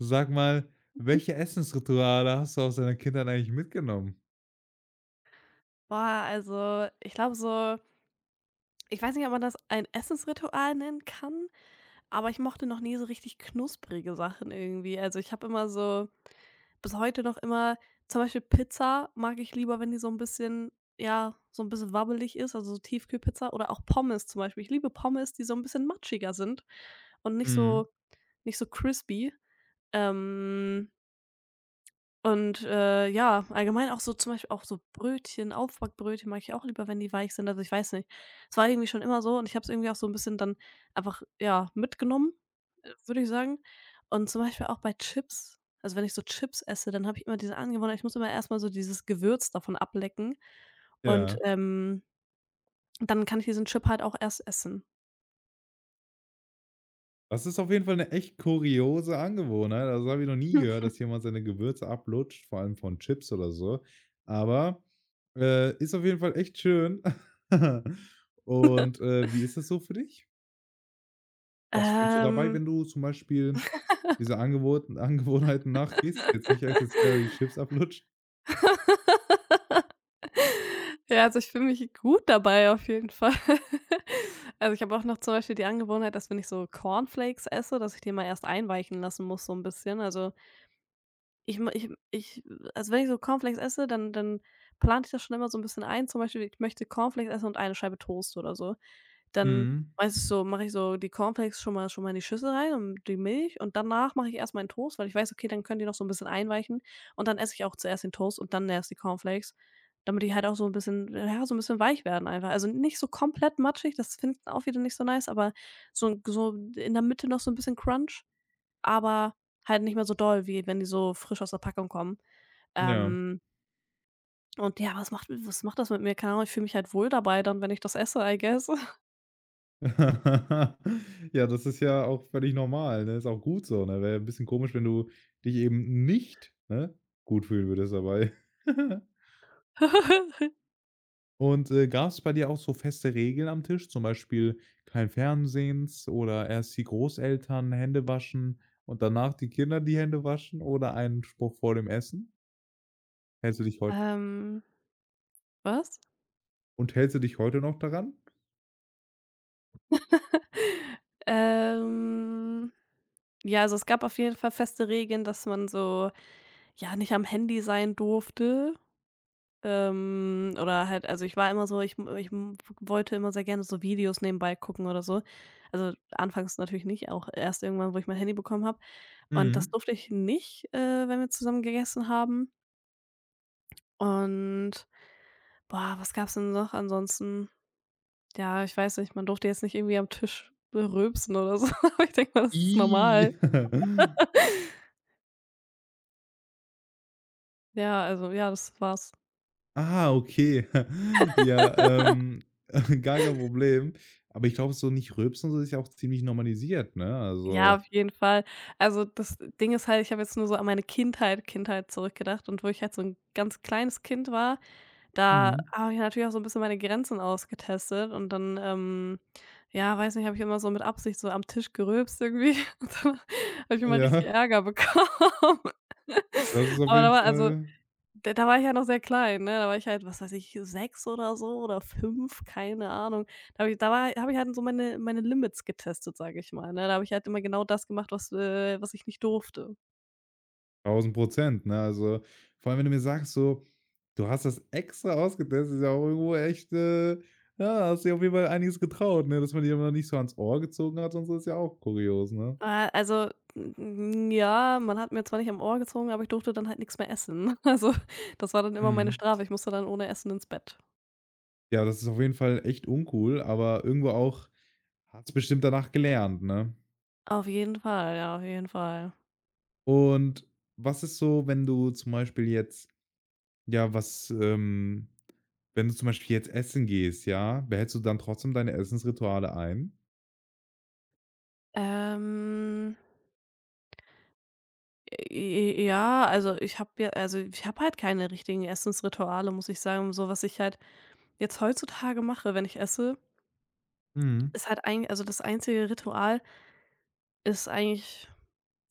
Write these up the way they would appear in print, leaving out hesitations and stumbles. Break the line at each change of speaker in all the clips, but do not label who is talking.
Sag mal, welche Essensrituale hast du aus deiner Kindheit eigentlich mitgenommen?
Boah, also ich glaube so, ich weiß nicht, ob man das ein Essensritual nennen kann, aber ich mochte noch nie so richtig knusprige Sachen irgendwie. Also, ich habe immer so, bis heute noch immer, zum Beispiel Pizza mag ich lieber, wenn die so ein bisschen, ja, so ein bisschen wabbelig ist, also so Tiefkühlpizza oder auch Pommes zum Beispiel. Ich liebe Pommes, die so ein bisschen matschiger sind und nicht so
Mhm.
nicht so crispy. Ähm Und, ja, allgemein auch so zum Beispiel auch so Brötchen, Aufbackbrötchen mag ich auch lieber, wenn die weich sind. Also, ich weiß nicht. Es war irgendwie schon immer so, und ich habe es irgendwie auch so ein bisschen dann einfach, ja, mitgenommen, würde ich sagen. Und zum Beispiel auch bei Chips. Also, wenn ich so Chips esse, dann habe ich immer diese Angewohnheit, ich muss immer erstmal so dieses Gewürz davon ablecken und,
Ja.
dann kann ich diesen Chip halt auch erst essen.
Das ist auf jeden Fall 'ne echt kuriose Angewohnheit. Also, das habe ich noch nie gehört, dass jemand seine Gewürze ablutscht, vor allem von Chips oder so. Aber, ist auf jeden Fall echt schön. Und, wie ist das so für dich? Was fühlst du dabei,
Ähm.
wenn du zum Beispiel dieser Angewohnheiten nachgehst? Jetzt nicht essentiell die Chips ablutscht?
Ja, also, ich fühle mich gut dabei auf jeden Fall. Also, ich habe auch noch zum Beispiel die Angewohnheit, dass wenn ich so Cornflakes esse, dass ich die mal erst einweichen lassen muss so ein bisschen. Also, ich ma ich ich also, wenn ich so Cornflakes esse, dann plane ich das schon immer so ein bisschen ein. Zum Beispiel, ich möchte Cornflakes essen und eine Scheibe Toast oder so. Dann
Mhm.
weiß ich, so mache ich so die Cornflakes schon mal in die Schüssel rein und die Milch, und danach mache ich erst meinen Toast, weil ich weiß, okay, dann können die noch so ein bisschen einweichen, und dann esse ich auch zuerst den Toast und dann erst die Cornflakes, damit die halt auch so ein bisschen, ja, so ein bisschen weich werden einfach. Also, nicht so komplett matschig, das finden auch wieder nicht so nice, aber so in der Mitte noch so ein bisschen Crunch, aber halt nicht mehr so doll, wie wenn die so frisch aus der Packung kommen.
Ja.
Ähm, und ja, was macht das mit mir? Keine Ahnung, ich fühle mich halt wohl dabei dann, wenn ich das esse, I guess.
Ja, das ist ja auch völlig normal, ne? Ist auch gut so, ne? Wäre ja bisschen komisch, wenn du dich eben nicht, ne, gut fühlen würdest dabei. Und, gab es bei dir auch so feste Regeln am Tisch, zum Beispiel kein Fernsehens oder erst die Großeltern Hände waschen und danach die Kinder die Hände waschen oder einen Spruch vor dem Essen? Hältst du dich heute?
Ähm, was?
Und hältst du dich heute noch daran?
Ähm, ja, also es gab auf jeden Fall feste Regeln, dass man so, ja, nicht am Handy sein durfte. Oder halt, also, ich war immer so, wollte immer sehr gerne so Videos nebenbei gucken oder so. Also, anfangs natürlich nicht, auch erst irgendwann, wo ich mein Handy bekommen habe. Und das
Mhm.
durfte ich nicht, wenn wir zusammen gegessen haben. Und, boah, was gab's denn noch ansonsten? Ja, ich weiß nicht, man durfte jetzt nicht irgendwie am Tisch rülpsen oder so, aber ich denke mal, das ist normal.
I
Ja, also, ja, das war's.
Ah, okay. Ja, ähm, gar kein Problem. Aber ich glaube, so nicht rülpsen und so ist ja auch ziemlich normalisiert, ne?
Ja,
Also
auf jeden Fall. Also, das Ding ist halt, ich habe jetzt nur so an meine Kindheit zurückgedacht, und wo ich halt so ein ganz kleines Kind war, da
mhm.
habe ich natürlich auch so ein bisschen meine Grenzen ausgetestet, und dann, ja, weiß nicht, habe ich immer so mit Absicht so am Tisch gerülpst irgendwie und dann habe ich immer richtig
Ja,
Ärger bekommen.
das ist auf
Aber da
jeden
war also
Fall
da da war ich ja noch sehr klein, ne? Da war ich halt, was weiß ich, 6 oder so oder fünf, keine Ahnung. Da habe ich da war habe ich halt so meine Limits getestet, sage ich mal, ne? Da habe ich halt immer genau das gemacht, was was ich nicht durfte.
tausend Prozent, ne? Also, vor allem, wenn du mir sagst so, du hast das extra ausgetestet, ist ja auch irgendwo echt, ja, hast dir auf jeden Fall einiges getraut, ne? Dass man dir mal nicht so ans Ohr gezogen hat und so, ist ja auch kurios, ne?
Also, n ja, man hat mir zwar nicht am Ohr gezogen, aber ich durfte dann halt nichts mehr essen. Also, das war dann immer meine
Mhm.
Strafe. Ich musste dann ohne Essen ins Bett.
Ja, das ist auf jeden Fall echt uncool, aber irgendwo auch hast bestimmt danach gelernt, ne?
Auf jeden Fall, ja, auf jeden Fall.
Und was ist so, wenn du zum Beispiel jetzt ja, was, wenn du zum Beispiel jetzt essen gehst, ja, behältst du dann trotzdem deine Essensrituale ein?
Ähm, j j ja, also, ich habe ja also, ich habe halt keine richtigen Essensrituale, muss ich sagen, so was ich halt jetzt heutzutage mache, wenn ich esse,
Mhm.
ist halt eigentlich, also das einzige Ritual ist eigentlich,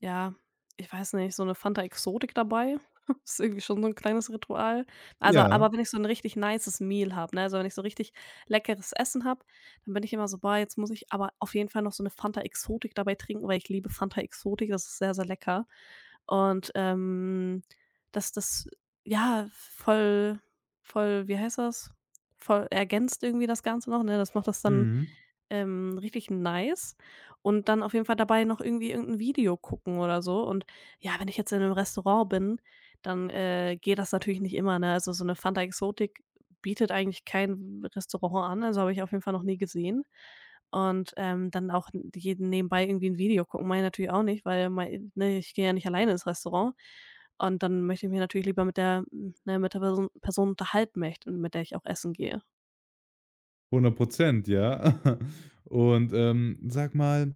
ja, ich weiß nicht, so eine Fanta Exotik dabei, ist irgendwie schon so ein kleines Ritual. Also,
Ja.
aber wenn ich so ein richtig nices Meal habe, ne, also, wenn ich so richtig leckeres Essen habe, dann bin ich immer so: „Boah, jetzt muss ich aber auf jeden Fall noch so eine Fanta Exotik dabei trinken", weil ich liebe Fanta Exotik, das ist sehr, sehr lecker. Und, das ja, voll wie heißt das? Voll ergänzt irgendwie das Ganze noch, ne? Das macht das dann
Mhm.
richtig nice, und dann auf jeden Fall dabei noch irgendwie irgendein Video gucken oder so, und ja, wenn ich jetzt in einem Restaurant bin, dann, geht das natürlich nicht immer, ne? Also, so eine Fanta Exotik bietet eigentlich kein Restaurant an, also, habe ich auf jeden Fall noch nie gesehen, und, dann auch jeden nebenbei irgendwie ein Video gucken meine natürlich auch nicht, weil mei ne, ich gehe ja nicht alleine ins Restaurant, und dann möchte ich mich natürlich lieber mit der ne, mit der Person unterhalten, möchte mit der ich auch essen gehe.
Hundert Prozent, ja. Und, sag mal,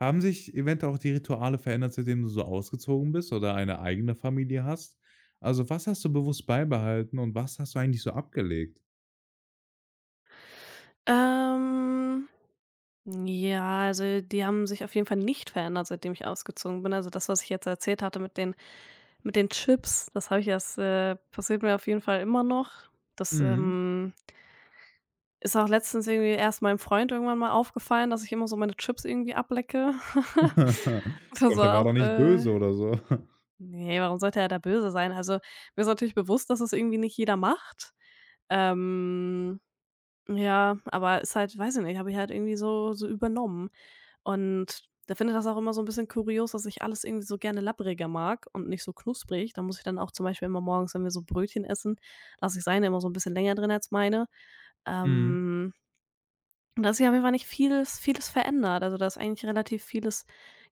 haben sich eventuell auch die Rituale verändert, seitdem du so ausgezogen bist oder eine eigene Familie hast? Also, was hast du bewusst beibehalten und was hast du eigentlich so abgelegt?
Ähm Ja, also die haben sich auf jeden Fall nicht verändert, seitdem ich ausgezogen bin. Also das, was ich jetzt erzählt hatte, mit den Chips, das habe ich erst passiert mir auf jeden Fall immer noch. Das,
Mhm.
ist auch letztens irgendwie erst meinem Freund irgendwann mal aufgefallen, dass ich immer so meine Chips irgendwie ablecke.
Ich
Das
glaube, der
war
war doch
auch
nicht böse oder so.
ne, warum sollte er da böse sein? Also, mir ist natürlich bewusst, dass es irgendwie nicht jeder macht. Ähm, ja, aber ist halt, weiß ich nicht, habe ich halt irgendwie so so übernommen. Und da finde ich das auch immer so ein bisschen kurios, dass ich alles irgendwie so gerne labbriger mag und nicht so knusprig. Da muss ich dann auch zum Beispiel immer morgens, wenn wir so Brötchen essen, lasse ich seine immer so ein bisschen länger drin als meine.
Mhm.
Ähm, und da hat sich auf jeden Fall nicht vieles verändert. Also, da ist eigentlich relativ vieles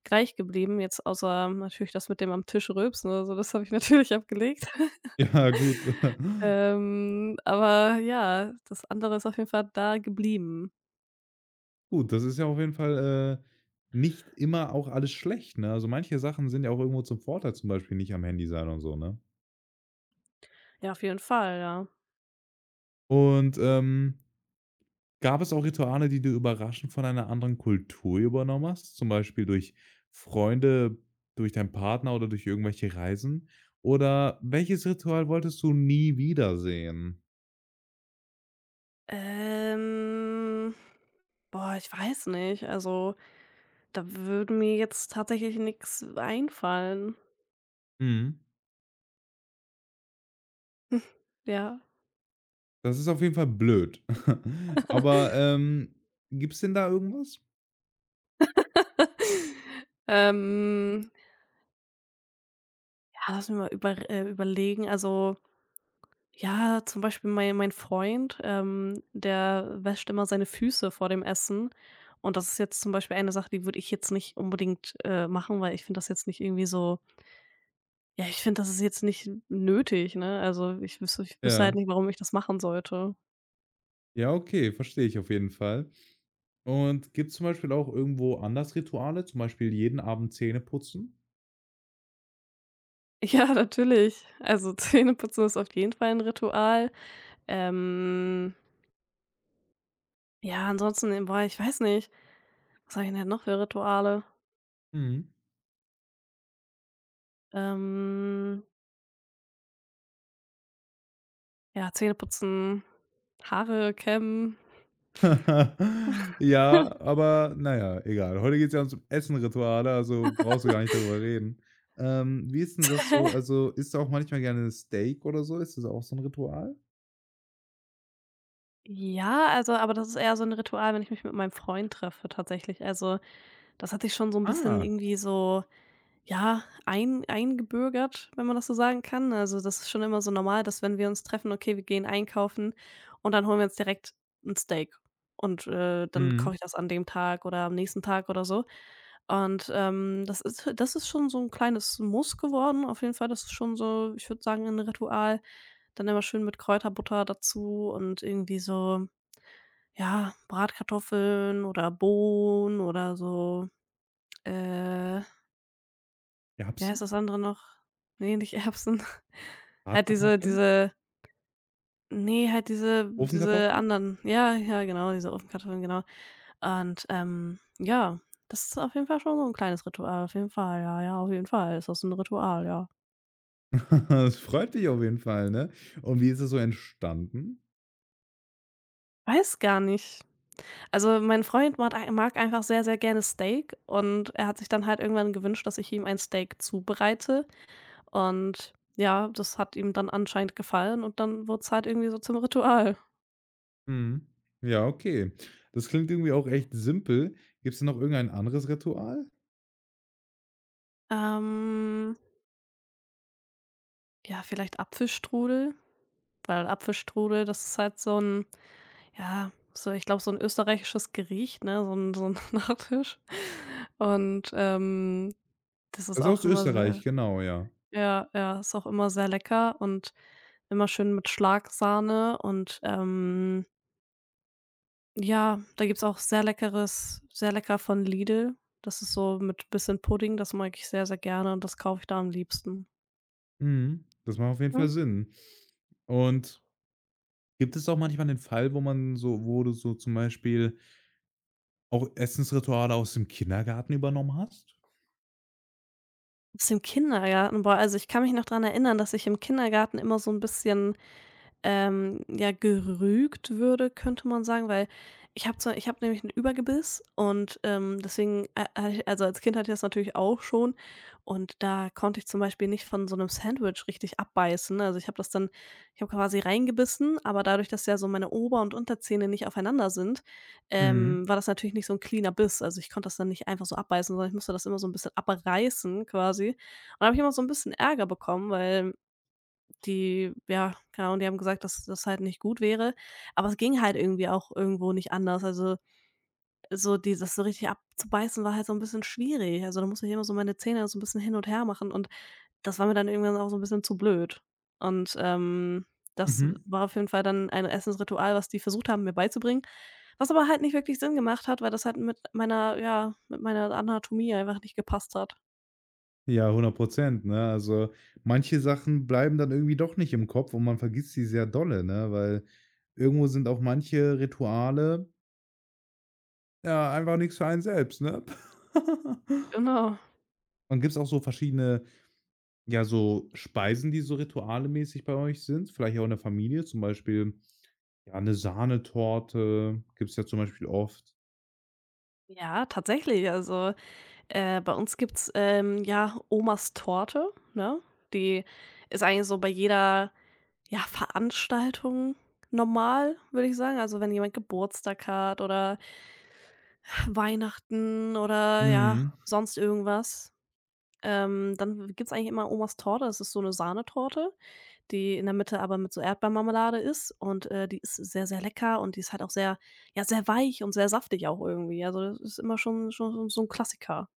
gleich geblieben, jetzt außer natürlich das mit dem am Tisch rülpsen oder so, das habe ich natürlich abgelegt.
Ja, gut.
Aber ja, das andere ist auf jeden Fall da geblieben.
Gut, das ist ja auf jeden Fall, nicht immer auch alles schlecht, ne? Also, manche Sachen sind ja auch irgendwo zum Vorteil, zum Beispiel nicht am Handy sein und so, ne?
Ja, auf jeden Fall, ja.
Und, gab es auch Rituale, die du überraschend von einer anderen Kultur übernommen hast? Zum Beispiel durch Freunde, durch deinen Partner oder durch irgendwelche Reisen? Oder welches Ritual wolltest du nie wiedersehen?
Ähm, boah, ich weiß nicht. Also, da würde mir jetzt tatsächlich nichts einfallen.
Mhm.
Ja.
Das ist auf jeden Fall blöd. Aber, gibt's denn da irgendwas?
Ähm, ja, lass mich mal überlegen. Also, ja, zum Beispiel mein Freund, der wäscht immer seine Füße vor dem Essen. Und das ist jetzt zum Beispiel eine Sache, die würde ich jetzt nicht unbedingt, machen, weil ich finde das jetzt nicht irgendwie so, ja, ich finde, das ist jetzt nicht nötig, ne? Also, ich wüsste
Ja.
halt nicht, warum ich das machen sollte.
Ja, okay, verstehe ich auf jeden Fall. Und gibt es zum Beispiel auch irgendwo anders Rituale, zum Beispiel jeden Abend Zähne putzen?
Ja, natürlich. Also, Zähneputzen ist auf jeden Fall ein Ritual. Ähm, ja, ansonsten, boah, ich weiß nicht. Was habe ich denn noch für Rituale?
Mhm.
Ähm, ja, Zähneputzen, Haare kämmen.
Ja, aber naja egal. Heute geht's ja ums Essen-Rituale, also brauchst du gar nicht darüber reden. Wie ist denn das so? Also, isst du auch manchmal gerne Steak oder so? Ist das auch so ein Ritual?
Ja, also aber das ist eher so ein Ritual, wenn ich mich mit meinem Freund treffe, tatsächlich. Also, das hat sich schon so ein bisschen
Ah,
irgendwie so, ja, ein eingebürgert, wenn man das so sagen kann. Also, das ist schon immer so normal, dass wenn wir uns treffen, okay, wir gehen einkaufen und dann holen wir uns direkt ein Steak, und, dann koche
mhm.
ich das an dem Tag oder am nächsten Tag oder so. Und, das ist schon so ein kleines Muss geworden auf jeden Fall. Das ist schon so, ich würde sagen, ein Ritual. Dann immer schön mit Kräuterbutter dazu und irgendwie so, ja, Bratkartoffeln oder Bohnen oder so, äh wie heißt
Erbsen?
das andere noch? Ne, nicht Erbsen. Halt diese
Bratkartoffeln?
diese nee, halt diese
Ofenkartoffeln?
anderen. Ja, ja, genau, diese Ofenkartoffeln, genau. Und, ja, das ist auf jeden Fall schon so ein kleines Ritual, auf jeden Fall, ja, ja, auf jeden Fall ist das ein Ritual, ja.
Das freut dich auf jeden Fall, ne? Und wie ist es so entstanden?
Weiß gar nicht. Also, mein Freund mad ei mag einfach sehr, sehr gerne Steak, und er hat sich dann halt irgendwann gewünscht, dass ich ihm ein Steak zubereite, und ja, das hat ihm dann anscheinend gefallen und dann wurde es halt irgendwie so zum Ritual.
Mhm. Ja, okay. Das klingt irgendwie auch echt simpel. Gibt es noch irgendein anderes Ritual?
Ähm Ja, vielleicht Apfelstrudel, weil Apfelstrudel, das ist halt so 'n, ja, so ich glaube, so 'n österreichisches Gericht, ne, so 'n Nachtisch. Und, das ist
Das ist
auch
aus
immer
Österreich,
sehr,
genau, ja.
ja, ja, ist auch immer sehr lecker und immer schön mit Schlagsahne und, ja, da gibt's auch sehr lecker von Lidl. Das ist so mit bisschen Pudding, das mag ich sehr, sehr gerne und das kaufe ich da am liebsten.
Mhm. Das macht auf jeden Fall Sinn. Und gibt es auch manchmal den Fall, wo man so wo du so zum Beispiel auch Essensrituale aus dem Kindergarten übernommen hast?
Aus dem Kindergarten. Boah, also, ich kann mich noch dran erinnern, dass ich im Kindergarten immer so ein bisschen ja, gerügt würde, könnte man sagen, weil ich habe nämlich 'n Übergebiss und, deswegen, hatte, also, als Kind hatte ich das natürlich auch schon, und da konnte ich zum Beispiel nicht von so einem Sandwich richtig abbeißen. Also, ich habe quasi reingebissen, aber dadurch, dass ja so meine Ober und Unterzähne nicht aufeinander sind,
Mhm.
war das natürlich nicht so ein cleaner Biss. Also, ich konnte das dann nicht einfach so abbeißen, sondern ich musste das immer so ein bisschen abreißen quasi. Und da habe ich immer so ein bisschen Ärger bekommen, weil die, ja, genau, und die haben gesagt, dass das halt nicht gut wäre, aber es ging halt irgendwie auch irgendwo nicht anders. Also, so dieses so richtig abzubeißen war halt so ein bisschen schwierig. Also, da musste ich immer so meine Zähne so ein bisschen hin und her machen, und das war mir dann irgendwann auch so ein bisschen zu blöd. Und, das
Mhm.
war auf jeden Fall dann ein Essensritual, was die versucht haben, mir beizubringen, was aber halt nicht wirklich Sinn gemacht hat, weil das halt mit meiner, ja, mit meiner Anatomie einfach nicht gepasst hat.
Ja, 100, ne? Also, manche Sachen bleiben dann irgendwie doch nicht im Kopf und man vergisst sie sehr dolle, ne? Weil irgendwo sind auch manche Rituale ja, einfach nix für einen selbst, ne?
Genau.
Und gibt's auch so verschiedene, ja, so Speisen, die so ritualemäßig bei euch sind? Vielleicht auch in der Familie, zum Beispiel, ja, eine Sahnetorte gibt's ja zum Beispiel oft.
Ja, tatsächlich. Also bei uns gibt's, ja, Omas Torte, ne? Die ist eigentlich so bei jeder, ja, Veranstaltung normal, würde ich sagen. Also, wenn jemand Geburtstag hat oder Weihnachten oder, ja,
Mhm.
sonst irgendwas, dann gibt's eigentlich immer Omas Torte. Das ist so eine Sahnetorte, die in der Mitte aber mit so Erdbeermarmelade ist und, die ist sehr, sehr lecker und die ist halt auch sehr, ja, sehr weich und sehr saftig auch irgendwie. Also, das ist immer schon so ein Klassiker.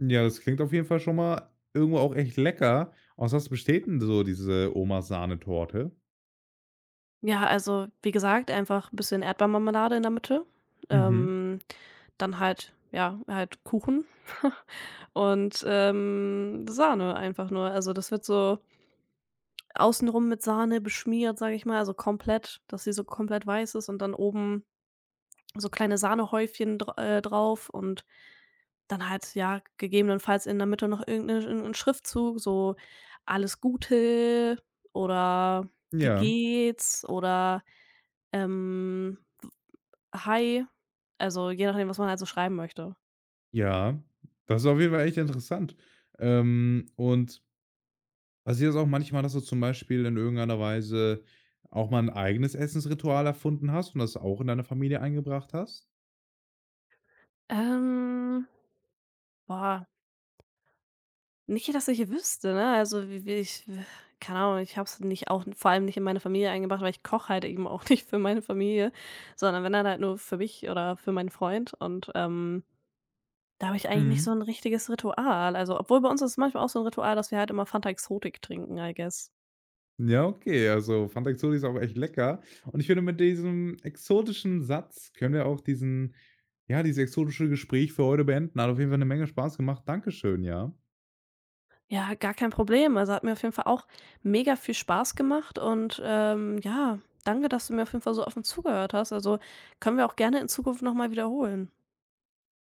Ja, das klingt auf jeden Fall schon mal irgendwo auch echt lecker. Aus was besteht 'n so diese Omas Sahnetorte?
Ja, also, wie gesagt, einfach ein bisschen Erdbeermarmelade in der Mitte,
Mhm.
ähm, dann halt, ja, halt Kuchen und, Sahne einfach nur. Also, das wird so außenrum mit Sahne beschmiert, sage ich mal, also komplett, dass sie so komplett weiß ist, und dann oben so kleine Sahnehäufchen dr drauf, und dann halt, ja, gegebenenfalls in der Mitte noch irgendein 'ne Schriftzug, so „Alles Gute" oder „Wie
Ja,
geht's" oder, ähm Hi, also je nachdem, was man halt so schreiben möchte.
ja. Das ist auf jeden Fall echt interessant. Und passiert das auch manchmal, dass du zum Beispiel in irgendeiner Weise auch mal ein eigenes Essensritual erfunden hast und das auch in deine Familie eingebracht hast?
Ähm, boah, nicht, dass ich wüsste, ne? Also, wie wie ich keine Ahnung, ich habe es nicht, auch vor allem nicht in meine Familie eingebracht, weil ich koche halt eben auch nicht für meine Familie, sondern wenn dann halt nur für mich oder für meinen Freund, und, da habe ich eigentlich nicht so
Mhm.
ein richtiges Ritual. Also, obwohl bei uns ist es manchmal auch so ein Ritual, dass wir halt immer Fanta Exotik trinken, I guess.
Ja, okay, also Fantaxoli ist auch echt lecker. Und ich finde, mit diesem exotischen Satz können wir auch diesen ja, dieses exotische Gespräch für heute beenden. Hat auf jeden Fall eine Menge Spaß gemacht. Dankeschön, ja.
Ja, gar kein Problem. Also, hat mir auf jeden Fall auch mega viel Spaß gemacht und, ja, danke, dass du mir auf jeden Fall so offen zugehört hast. Also, können wir auch gerne in Zukunft noch mal wiederholen.